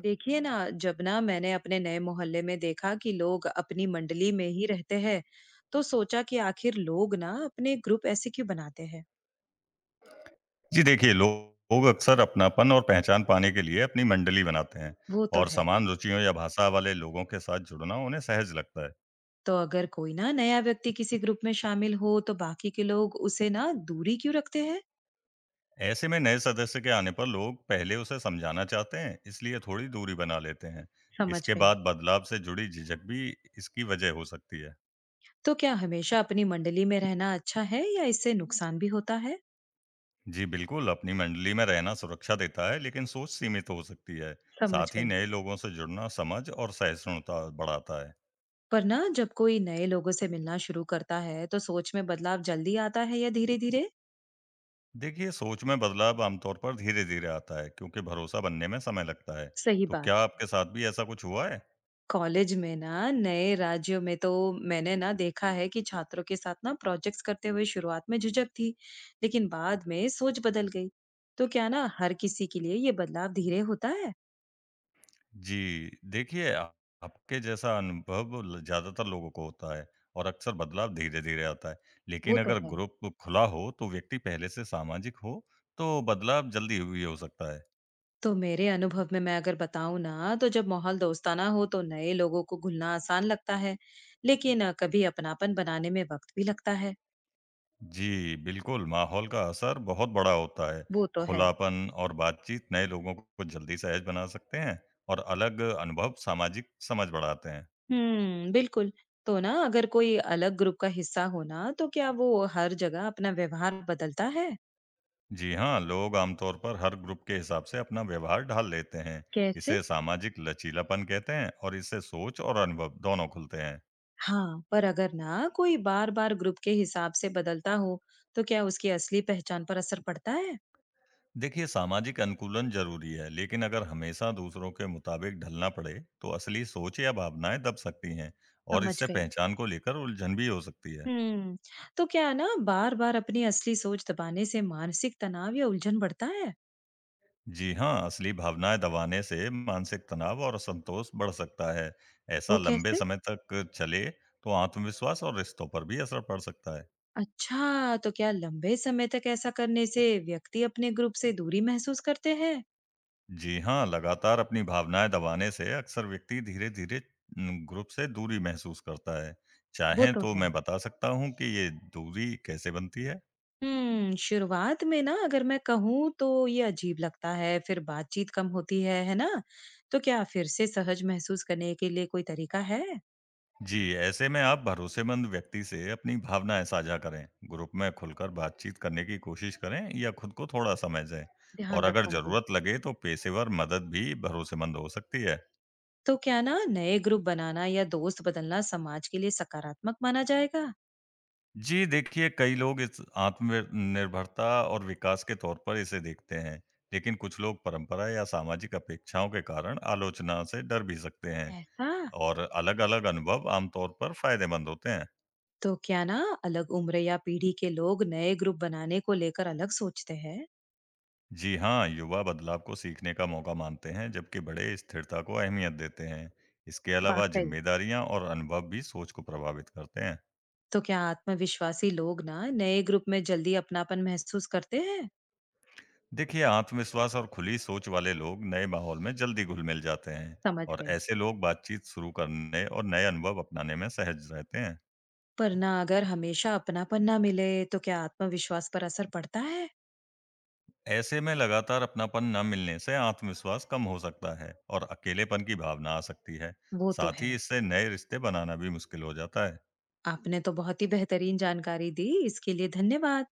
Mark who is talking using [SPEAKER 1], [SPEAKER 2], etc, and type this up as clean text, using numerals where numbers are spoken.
[SPEAKER 1] देखिए ना, जब ना मैंने अपने नए मोहल्ले में देखा कि लोग अपनी मंडली में ही रहते हैं, तो सोचा कि आखिर लोग ना अपने ग्रुप ऐसे क्यों बनाते हैं।
[SPEAKER 2] जी देखिए, लोग अक्सर अपनापन और पहचान पाने के लिए अपनी मंडली बनाते हैं
[SPEAKER 1] वो तो
[SPEAKER 2] और
[SPEAKER 1] है।
[SPEAKER 2] समान रुचियों या भाषा वाले लोगों के साथ जुड़ना उन्हें सहज लगता है।
[SPEAKER 1] तो अगर कोई ना नया व्यक्ति किसी ग्रुप में शामिल हो, तो बाकी के लोग उसे ना दूरी क्यों रखते हैं।
[SPEAKER 2] ऐसे में नए सदस्य के आने पर लोग पहले उसे समझाना चाहते हैं, इसलिए थोड़ी दूरी बना लेते हैं।
[SPEAKER 1] समझ
[SPEAKER 2] इसके
[SPEAKER 1] गई।
[SPEAKER 2] बाद बदलाव से जुड़ी झिझक भी इसकी वजह हो सकती है।
[SPEAKER 1] तो क्या हमेशा अपनी मंडली में रहना अच्छा है या इससे नुकसान भी होता है।
[SPEAKER 2] जी बिल्कुल, अपनी मंडली में रहना सुरक्षा देता है, लेकिन सोच सीमित हो सकती है।
[SPEAKER 1] समझ
[SPEAKER 2] साथ ही
[SPEAKER 1] गई।
[SPEAKER 2] नए लोगों से जुड़ना समझ और सहिष्णुता बढ़ाता है।
[SPEAKER 1] पर ना जब कोई नए लोगों से मिलना शुरू करता है, तो सोच में बदलाव जल्दी आता है या धीरे धीरे।
[SPEAKER 2] देखिए, सोच में बदलाव आमतौर पर धीरे-धीरे आता है क्योंकि भरोसा बनने में समय लगता है।
[SPEAKER 1] सही
[SPEAKER 2] तो क्या
[SPEAKER 1] बात है।
[SPEAKER 2] आपके साथ भी ऐसा कुछ हुआ है?
[SPEAKER 1] कॉलेज में ना नए राज्यों में तो मैंने ना देखा है कि छात्रों के साथ ना प्रोजेक्ट्स करते हुए शुरुआत में झिझक थी, लेकिन बाद में सोच बदल गई। तो क्या ना हर किसी के लिए ये बदलाव धीरे होता है?
[SPEAKER 2] जी, देखिए आ आपके जैसा अनुभव ल ज़्यादातर लोगों को होता है और अक्सर बदलाव धीरे-धीरे आता है।
[SPEAKER 1] वो
[SPEAKER 2] लेकिन
[SPEAKER 1] तो
[SPEAKER 2] अगर
[SPEAKER 1] है।
[SPEAKER 2] ग्रुप खुला हो, तो व्यक्ति पहले से सामाजिक हो, तो बदलाव जल्दी भी हो सकता है।
[SPEAKER 1] तो मेरे अनुभव में मैं अगर बताऊं ना, तो जब माहौल दोस्ताना हो तो नए लोगों को घुलना आसान लगता है, लेकिन कभी अपनापन बनाने में वक्त भी लगता है।
[SPEAKER 2] जी, बिल्कुल, माहौल का असर बहुत बड़ा होता है।
[SPEAKER 1] वो तो है।
[SPEAKER 2] खुलापन और बातचीत नए लोगों को जल्दी सहज बना सकते हैं और अलग अनुभव सामाजिक समझ बढ़ाते हैं।
[SPEAKER 1] हम्म, बिल्कुल। तो ना अगर कोई अलग ग्रुप का हिस्सा हो ना, तो क्या वो हर जगह अपना व्यवहार बदलता है।
[SPEAKER 2] जी हाँ, लोग आमतौर पर हर ग्रुप के हिसाब से अपना व्यवहार ढाल लेते हैं।
[SPEAKER 1] कैसे?
[SPEAKER 2] इसे सामाजिक लचीलापन कहते हैं और इससे सोच और अनुभव दोनों खुलते हैं।
[SPEAKER 1] हाँ, पर अगर ना कोई बार-बार ग्रुप के हिसाब से बदलता हो, तो क्या उसकी असली पहचान पर असर पड़ता है?
[SPEAKER 2] देखिए, सामाजिक अनुकूलन जरूरी है, लेकिन अगर हमेशा दूसरों के मुताबिक ढलना पड़े, तो असली सोच या भावनाएं दब सकती हैं और
[SPEAKER 1] समझ
[SPEAKER 2] इससे
[SPEAKER 1] गई।
[SPEAKER 2] पहचान को लेकर उलझन भी हो सकती है।
[SPEAKER 1] हम्म, तो क्या है ना, बार-बार अपनी असली सोच दबाने से मानसिक तनाव या उलझन बढ़ता है?
[SPEAKER 2] जी हाँ, असली भावनाएं दबाने से मानसिक तनाव और असंतोष बढ़ सकता है। ऐसा
[SPEAKER 1] वो
[SPEAKER 2] लंबे
[SPEAKER 1] कैसे?
[SPEAKER 2] समय तक चले, तो आत्मविश्वास और रिश्तों पर भी असर पड़ सकता है।
[SPEAKER 1] अच्छा, तो क्या लंबे समय तक ऐसा करने से व्यक्ति अपने ग्रुप से दूरी महसूस करते हैं?
[SPEAKER 2] जी हाँ, लगातार अपनी भावनाएँ दबाने से अक्सर व्यक्ति धीरे-धीरे ग्रुप से दूरी महसूस करता है।
[SPEAKER 1] वो
[SPEAKER 2] चाहें
[SPEAKER 1] तो
[SPEAKER 2] तो
[SPEAKER 1] है।
[SPEAKER 2] मैं बता सकता हूँ कि ये दूरी कैसे बनती है?
[SPEAKER 1] शुरुआत में ना अगर मैं कहूँ तो ये अजीब लगता है, फिर बातचीत कम होती है ना? तो क्या फिर से सहज महसूस करने के लिए कोई तरीका है?
[SPEAKER 2] जी, ऐसे में आप भरोसेमंद व्यक्ति से अपनी भावनाएँ साझा करें, ग्रुप में खुलकर बातचीत करने की कोशिश करें या खुद को थोड़ा समय दें और
[SPEAKER 1] ध्यान
[SPEAKER 2] अगर
[SPEAKER 1] रखूंगी।
[SPEAKER 2] ज़रूरत लगे तो पेशेवर मदद भी भरोसेमंद हो सकती है।
[SPEAKER 1] तो क्या ना नए ग्रुप बनाना या दोस्त बदलना समाज के लिए सकारात्मक माना जाएगा?
[SPEAKER 2] जी, देखिए कई लोग इस आत्मनिर्भरता और विकास के तौर पर इसे देखते हैं, लेकिन कुछ लोग परंपरा या सामाजिक अपेक्षाओं के कारण आलोचना से डर भी सकते हैं
[SPEAKER 1] ऐसा?
[SPEAKER 2] और अलग-अलग अनुभव आमतौर पर फायदेमंद होते हैं।
[SPEAKER 1] तो क्या ना अलग उम्र या पीढ़ी के लोग नए ग्रुप बनाने को लेकर अलग सोचते हैं?
[SPEAKER 2] जी हाँ, युवा बदलाव को सीखने का मौका मानते हैं, जबकि बड़े स्थिरता को अहमियत देते हैं। इसके अलावा
[SPEAKER 1] वाकई।
[SPEAKER 2] जिम्मेदारियां और अनुभव भी सोच को प्रभावित करते हैं।
[SPEAKER 1] तो क्या आत्मविश्वासी लोग ना नए ग्रुप में जल्दी अपनापन महसूस करते हैं?
[SPEAKER 2] देखिए, आत्मविश्वास और खुली सोच वाले लोग नए माहौल में जल्दी घुल-मिल जाते हैं
[SPEAKER 1] समझ
[SPEAKER 2] और
[SPEAKER 1] गई।
[SPEAKER 2] ऐसे लोग बातचीत शुरू करने और नए अनुभव अपनाने में सहज रहते हैं।
[SPEAKER 1] पर ना अगर हमेशा अपनापन ना मिले तो क्या आत्मविश्वास पर असर पड़ता है?
[SPEAKER 2] ऐसे में लगातार अपनापन न मिलने से आत्मविश्वास कम हो सकता है और अकेलेपन की भावना आ सकती है।
[SPEAKER 1] वो तो
[SPEAKER 2] साथ
[SPEAKER 1] है।
[SPEAKER 2] ही इससे नए रिश्ते बनाना भी मुश्किल हो जाता है।
[SPEAKER 1] आपने तो बहुत ही बेहतरीन जानकारी दी, इसके लिए धन्यवाद।